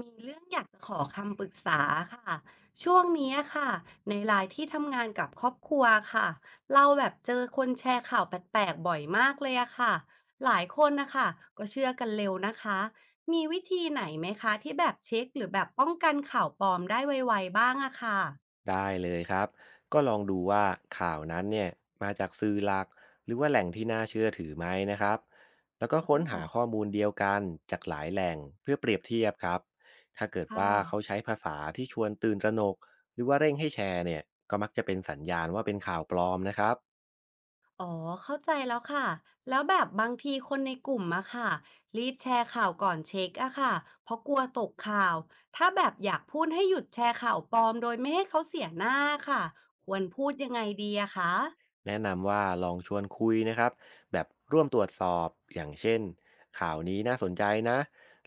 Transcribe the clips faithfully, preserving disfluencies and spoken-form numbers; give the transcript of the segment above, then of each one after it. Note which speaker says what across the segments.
Speaker 1: มีเรื่องอยากจะขอคำปรึกษาค่ะช่วงนี้ค่ะในไลน์ที่ทำงานกับครอบครัวค่ะเราแบบเจอคนแชร์ข่าวแปลกๆบ่อยมากเลยอะค่ะหลายคนนะคะก็เชื่อกันเร็วนะคะมีวิธีไหนไหมคะที่แบบเช็คหรือแบบป้องกันข่าวปลอมได้ไวๆบ้างอะค่ะ
Speaker 2: ได้เลยครับ ก็ลองดูว่าข่าวนั้นเนี่ยมาจากสื่อหลักหรือว่าแหล่งที่น่าเชื่อถือไหมนะครับแล้วก็
Speaker 1: อ๋
Speaker 2: ค้นหา
Speaker 1: อ
Speaker 2: ข้อมูลเดียวกันจากหลายแหล่งเพื่อเปรียบเทียบครับถ้าเกิด
Speaker 1: ค
Speaker 2: ว่าเขา
Speaker 1: ่ะ
Speaker 2: ใช้ภาษาที่ชวนตื่นตระหนกหรือว่าเร่งให้แชร์เนี่ยก็มักจะเป็นสัญญาณว่าเป็นข่าวปลอมนะครับ
Speaker 1: อ๋อเข้าใจแล้วค่ะแล้วแบบบางทีคนในกลุ่มอะค่ะรีบแชร์ข่าวก่อนเช็คอะค่ะเพราะกลัวตกข่าวถ้าแบบอยากพูดให้หยุดแชร์ข่าวปลอมโดยไม่ให้เขาเสียหน้าค่ะควรพูดยังไงดีอะคะ
Speaker 2: แนะนำว่าลองชวนคุยนะครับแบบร่วมตรวจสอบอย่างเช่นข่าวนี้น่าสนใจนะ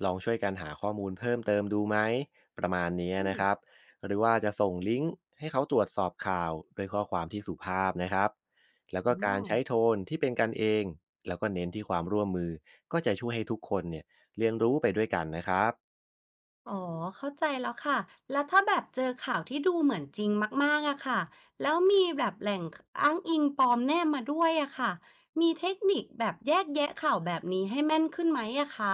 Speaker 2: ลองช่วยกันหาข้อมูลเพิ่มเติมดูไหมประมาณนี้
Speaker 1: อืม
Speaker 2: นะครับหรือว่าจะส่งลิงก์ให้เขาตรวจสอบข่าวด้วยข้อความที่สุภาพนะครับแล้วก็
Speaker 1: อ๋
Speaker 2: กา
Speaker 1: อ
Speaker 2: รใช้โทนที่เป็นกันเองแล้วก็เน้นที่ความร่วมมือก็จะช่วยให้ทุกคนเนี่ยเรียนรู้ไปด้วยกันนะครับ
Speaker 1: อ๋อเข้าใจแล้วค่ะแล้วถ้าแบบเจอข่าวที่ดูเหมือนจริงมากๆอะค่ะแล้วมีแบบแหล่งอ้างอิงปลอมแนบมาด้วยอะค่ะมีเทคนิคแบบแยกแยะข่าวแบบนี้ให้แม่นขึ้นไหมอะคะ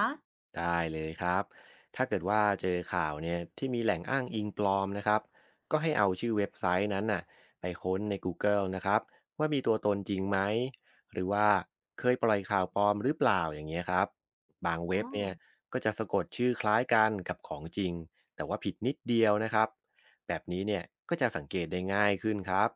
Speaker 2: ได้เลยครับ ถ้าเกิดว่าเจอข่าวเนี่ยที่มีแหล่งอ้างอิงปลอมนะครับก็ให้เอาชื่อเว็บไซต์นั้นน่ะไปค้นใน Google นะครับว่ามีตัวตนจริงไหมหรือว่าเคยปล่อยข่าวปลอมหรือเปล่าอย่างเงี้ยครับบาง
Speaker 1: อ๋
Speaker 2: เว็
Speaker 1: อ
Speaker 2: บเนี่ยก็จะสะกดชื่อคล้ายกันกับของจริงแต่ว่าผิดนิดเดียวนะครับแบบนี้เนี่ยก็จะสังเกตได้ง่ายขึ้นครับ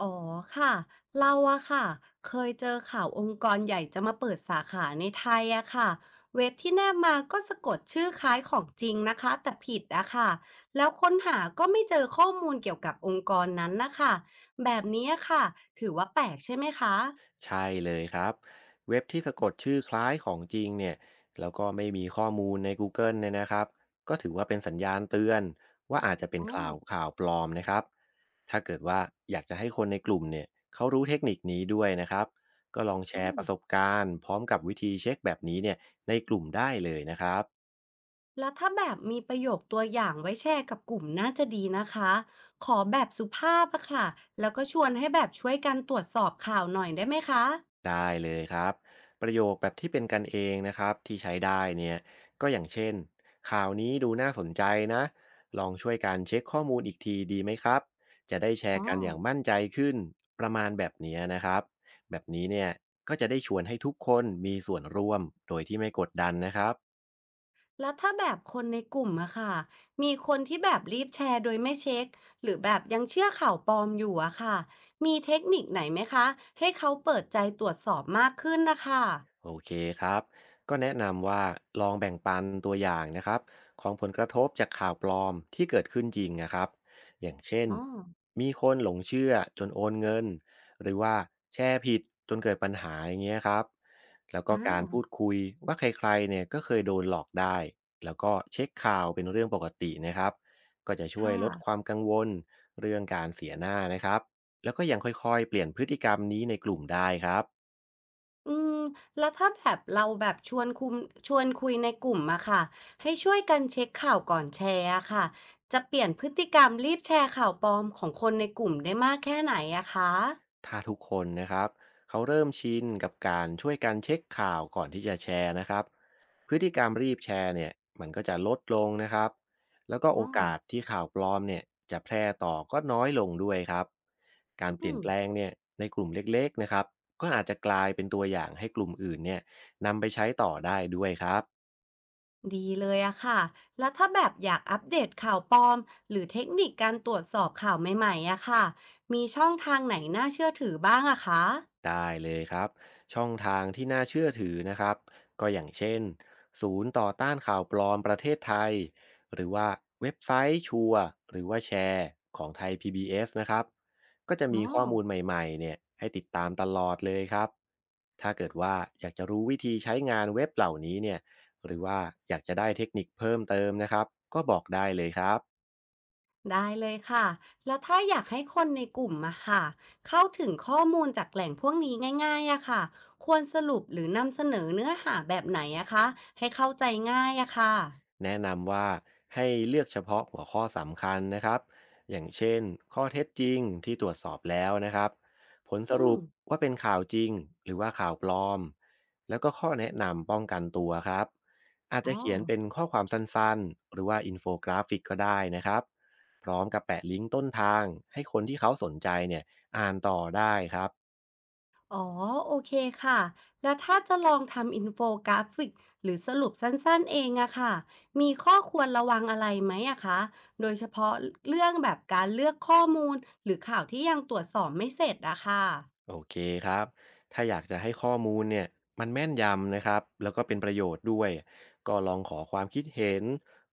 Speaker 1: อ๋อค่ะเราอะค่ะเคยเจอข่าวองค์กรใหญ่จะมาเปิดสาขาในไทยอะค่ะเว็บที่แนบมาก็สะกดชื่อคล้ายของจริงนะคะแต่ผิดอะค่ะแล้วค้นหาก็ไม่เจอข้อมูลเกี่ยวกับองค์กรนั้นนะคะแบบนี้อะค่ะถือว่าแปลกใช่ไหมคะ
Speaker 2: ใช่เลยครับเว็บที่สะกดชื่อคล้ายของจริงเนี่ยแล้วก็ไม่มีข้อมูลใน Google เกิลเนี่ยนะครับก็ถือว่าเป็นสัญญาณเตือนว่าอาจจะเป็น
Speaker 1: อ๋อ
Speaker 2: ข่าวข่าวปลอมนะครับถ้าเกิดว่าอยากจะให้คนในกลุ่มเนี่ยเขารู้เทคนิคนี้ด้วยนะครับก็ลองแช
Speaker 1: อื
Speaker 2: ร์
Speaker 1: ม
Speaker 2: ประสบการณ์พร้อมกับวิธีเช็คแบบนี้เนี่ยในกลุ่มได้เลยนะครับ
Speaker 1: แล้วถ้าแบบมีประโยคตัวอย่างไว้แชร์กับกลุ่มน่าจะดีนะคะขอแบบสุภาพอะค่ะแล้วก็ชวนให้แบบช่วยกันตรวจสอบข่าวหน่อยได้ไหมคะ
Speaker 2: ได้เลยครับประโยคแบบที่เป็นกันเองนะครับที่ใช้ได้เนี่ยก็อย่างเช่นข่าวนี้ดูน่าสนใจนะลองช่วยการเช็คข้อมูลอีกทีดีไหมครับจะได้แช
Speaker 1: อ๋
Speaker 2: ร์
Speaker 1: อ
Speaker 2: กันอย่างมั่นใจขึ้นประมาณแบบเนี้ยนะครับแบบนี้เนี่ยก็จะได้ชวนให้ทุกคนมีส่วนร่วมโดยที่ไม่กดดันนะครับ
Speaker 1: แล้วถ้าแบบคนในกลุ่มอะค่ะมีคนที่แบบรีบแชร์โดยไม่เช็คหรือแบบยังเชื่อข่าวปลอมอยู่อะค่ะมีเทคนิคไหนไหมคะให้เขาเปิดใจตรวจสอบมากขึ้นนะคะ
Speaker 2: โอเคครับก็แนะนำว่าลองแบ่งปันตัวอย่างนะครับของผลกระทบจากข่าวปลอมที่เกิดขึ้นจริงนะครับอย่างเช่น
Speaker 1: อ๋อ
Speaker 2: มีคนหลงเชื่อจนโอนเงินหรือว่าแชร์ผิดจนเกิดปัญหาอย่างเงี้ยครับแล้วก็
Speaker 1: อ่
Speaker 2: การพู
Speaker 1: า
Speaker 2: ดคุยว่าใครๆเนี่ยก็เคยโดนหลอกได้แล้วก็เช็คข่าวเป็นเรื่องปกตินะครับก็จะช่วย
Speaker 1: ค่ะ
Speaker 2: ลดความกังวลเรื่องการเสียหน้านะครับแล้วก็ยังค่อยๆเปลี่ยนพฤติกรรมนี้ในกลุ่มได้ครับ
Speaker 1: อืมแล้วถ้าแบบเราแบบชวนคุมชวนคุยในกลุ่มอะค่ะให้ช่วยกันเช็คข่าวก่อนแชร์อะค่ะจะเปลี่ยนพฤติกรรมรีบแชร์ข่าวปลอมของคนในกลุ่มได้มากแค่ไหนอะคะ
Speaker 2: ถ้าทุกคนนะครับเขาเริ่มชินกับการช่วยกันเช็คข่าวก่อนที่จะแชร์นะครับพฤติกรรมรีบแชร์เนี่ยมันก็จะลดลงนะครับแล้วก็โอ
Speaker 1: อ๋อ
Speaker 2: กาสที่ข่าวปลอมเนี่ยจะแพร่ต่อก็น้อยลงด้วยครับการเป
Speaker 1: อื
Speaker 2: ลี่ยน
Speaker 1: ม
Speaker 2: แปลงเนี่ยในกลุ่มเล็กๆนะครับก็อาจจะกลายเป็นตัวอย่างให้กลุ่มอื่นเนี่ยนำไปใช้ต่อได้ด้วยครับ
Speaker 1: ดีเลยอะค่ะ แล้วถ้าแบบอยากอัปเดตข่าวปลอมหรือเทคนิคการตรวจสอบข่าวใหม่ๆอะค่ะมีช่องทางไหนน่าเชื่อถือบ้างอะคะ
Speaker 2: ได้เลยครับช่องทางที่น่าเชื่อถือนะครับก็อย่างเช่นศูนย์ต่อต้านข่าวปลอมประเทศไทยหรือว่าเว็บไซต์ชัวร์หรือว่าแชร์ของไทย พี บี เอส นะครับก็จะ
Speaker 1: อ๋
Speaker 2: มี
Speaker 1: อ
Speaker 2: ข้อมูลใหม่ๆเนี่ยให้ติดตามตลอดเลยครับถ้าเกิดว่าอยากจะรู้วิธีใช้งานเว็บเหล่านี้เนี่ยหรือว่าอยากจะได้เทคนิคเพิ่มเติมนะครับก็บอกได้เลยครับ
Speaker 1: ได้เลยค่ะแล้วถ้าอยากให้คนในกลุ่มอะค่ะเข้าถึงข้อมูลจากแหล่งพวกนี้ง่ายๆอะค่ะควรสรุปหรือนำเสนอเนื้อหาแบบไหนอะคะให้เข้าใจง่ายอะค่ะ
Speaker 2: แนะนำว่าให้เลือกเฉพาะหัวข้อสำคัญนะครับ อย่างเช่นข้อเท็จจริงที่ตรวจสอบแล้วนะครับ ผลส
Speaker 1: อื
Speaker 2: รุ
Speaker 1: ม
Speaker 2: ปว่าเป็นข่าวจริงหรือว่าข่าวปลอม แล้วก็ข้อแนะนำป้องกันตัวครับ อาจ
Speaker 1: อ๋
Speaker 2: จะ
Speaker 1: อ
Speaker 2: เขียนเป็นข้อความสั้นๆหรือว่าอินโฟกราฟิกก็ได้นะครับ พร้อมกับแปะลิงก์ต้นทางให้คนที่เขาสนใจเนี่ยอ่านต่อได้ครับ
Speaker 1: อ๋อโอเคค่ะแล้วถ้าจะลองทำอินโฟกราฟิกหรือสรุปสั้นๆเองอะค่ะมีข้อควรระวังอะไรไหมอะคะโดยเฉพาะเรื่องแบบการเลือกข้อมูลหรือข่าวที่ยังตรวจสอบไม่เสร็จอะค่ะ
Speaker 2: โอเคครับถ้าอยากจะให้ข้อมูลเนี่ยมันแม่นยำนะครับแล้วก็เป็นประโยชน์ด้วยก็ลองขอความคิดเห็น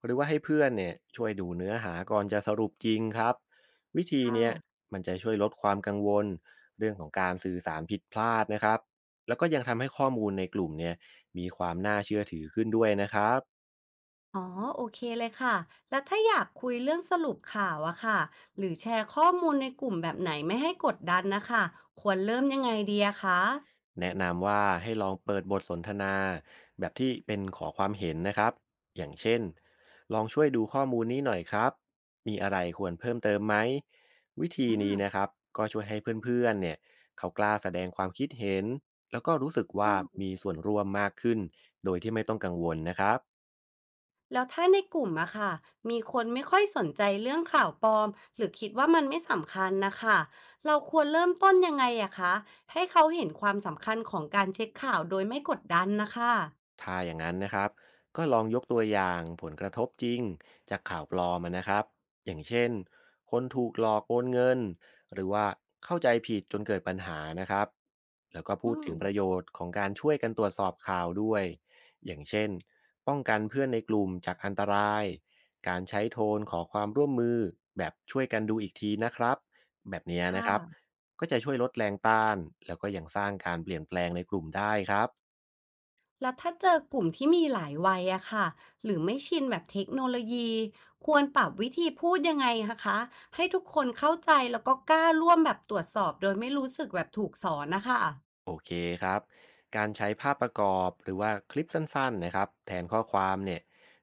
Speaker 2: หรือว่าให้เพื่อนเนี่ยช่วยดูเนื้อหาก่อนจะสรุปจริงครับวิธี
Speaker 1: ค่ะ
Speaker 2: เนี้ยมันจะช่วยลดความกังวลเรื่องของการสื่อสารผิดพลาดนะครับแล้วก็ยังทำให้ข้อมูลในกลุ่มเนี่ยมีความน่าเชื่อถือขึ้นด้วยนะครับ
Speaker 1: อ๋อโอเคเลยค่ะแล้วถ้าอยากคุยเรื่องสรุปข่าวอะค่ะหรือแชร์ข้อมูลในกลุ่มแบบไหนไม่ให้กดดันนะคะควรเริ่มยังไงดีอะคะ
Speaker 2: แนะนำว่าให้ลองเปิดบทสนทนาแบบที่เป็นขอความเห็นนะครับ อย่างเช่น ลองช่วยดูข้อมูลนี้หน่อยครับ มีอะไรควรเพิ่มเติมไหม วิธี
Speaker 1: อ่
Speaker 2: นี้นะค
Speaker 1: า
Speaker 2: รับ ก็ช่วยให้เพื่อนๆเนี่ยเขากล้าแสดงความคิดเห็น แล้วก็รู้สึกว่า
Speaker 1: อืม
Speaker 2: มีส่วนร่วมมากขึ้น โดยที่ไม่ต้องกังวลนะครับ
Speaker 1: แล้วถ้าในกลุ่มอะค่ะมีคนไม่ค่อยสนใจเรื่องข่าวปลอมหรือคิดว่ามันไม่สำคัญนะคะเราควรเริ่มต้นยังไงอะคะให้เขาเห็นความสำคัญของการเช็คข่าวโดยไม่กดดันนะคะ
Speaker 2: ถ้าอย่างนั้นนะครับก็ลองยกตัวอย่างผลกระทบจริงจากข่าวปลอมอะนะครับอย่างเช่นคนถูกหลอกโอนเงินหรือว่าเข้าใจผิดจนเกิดปัญหานะครับแล้วก็พู
Speaker 1: อื
Speaker 2: ด
Speaker 1: ม
Speaker 2: ถึงประโยชน์ของการช่วยกันตรวจสอบข่าวด้วยอย่างเช่นป้องกันเพื่อนในกลุ่มจากอันตรายการใช้โทนขอความร่วมมือแบบช่วยกันดูอีกทีนะครับแบบเนี้ยนะ
Speaker 1: ค่ะ
Speaker 2: ครับก็จะช่วยลดแรงต้านแล้วก็ยังสร้างการเปลี่ยนแปลงในกลุ่มได้ครับ
Speaker 1: แล้วถ้าเจอกลุ่มที่มีหลายวัยอะค่ะหรือไม่ชินแบบเทคโนโลยีควรปรับวิธีพูดยังไงอะคะให้ทุกคนเข้าใจแล้วก็กล้าร่วมแบบตรวจสอบโดยไม่รู้สึกแบบถูกสอนนะคะ
Speaker 2: โอเคครับ การใช้ภาพประกอบหรือว่าคลิปสั้นๆนะครับแทนข้อความเนี่ย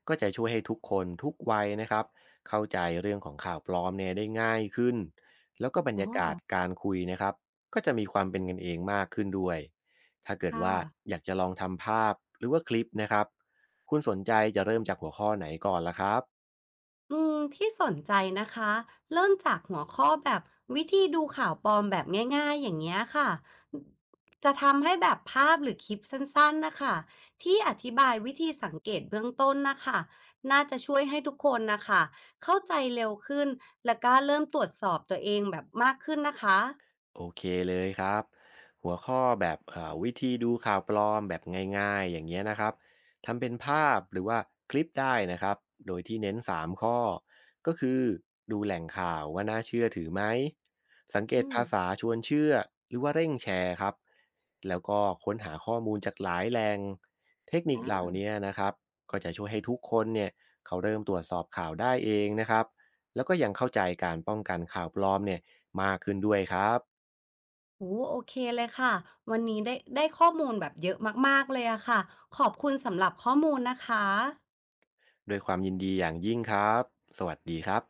Speaker 2: ก็จะช่วยให้ทุกคนทุกวัยนะครับเข้าใจเรื่องของข่าวปลอมเนี่ยได้ง่ายขึ้นแล้วก็บรร
Speaker 1: อ๋อ
Speaker 2: ยากาศการคุยนะครับก็จะมีความเป็นกันเองมากขึ้นด้วยถ้าเกิด
Speaker 1: ค่ะ
Speaker 2: ว่าอยากจะลองทำภาพหรือว่าคลิปนะครับคุณสนใจจะเริ่มจากหัวข้อไหนก่อนล่ะครับ
Speaker 1: อืมที่สนใจนะคะเริ่มจากหัวข้อแบบวิธีดูข่าวปลอมแบบง่ายๆอย่างเงี้ยค่ะจะทำให้แบบภาพหรือคลิปสั้นๆนะคะที่อธิบายวิธีสังเกตเบื้องต้นนะคะน่าจะช่วยให้ทุกคนนะคะเข้าใจเร็วขึ้นและกล้าเริ่มตรวจสอบตัวเองแบบมากขึ้นนะคะ
Speaker 2: โอเคเลยครับหัวข้อแบบเอ่อวิธีดูข่าวปลอมแบบง่ายๆอย่างเงี้ยนะครับทำเป็นภาพหรือว่าคลิปได้นะครับโดยที่เน้นสามข้อก็คือดูแหล่งข่าวว่าน่าเชื่อถือไหมสังเกต
Speaker 1: อืม
Speaker 2: ภาษาชวนเชื่อหรือว่าเร่งแชร์ครับแล้วก็ค้นหาข้อมูลจากหลายแหล่งเทคนิค
Speaker 1: อ่
Speaker 2: เหล่า
Speaker 1: า
Speaker 2: นี้นะครับก็จะช่วยให้ทุกคนเนี่ยเขาเริ่มตรวจสอบข่าวได้เองนะครับแล้วก็ยังเข้าใจการป้องกันข่าวปลอมเนี่ยมากขึ้นด้วยครับ
Speaker 1: โอ้โอเคเลยค่ะวันนี้ได้ได้ข้อมูลแบบเยอะมากๆเลยอะค่ะขอบคุณสำหรับข้อมูลนะคะ
Speaker 2: ด้วยความยินดีอย่างยิ่งครับ สวัสดีครับ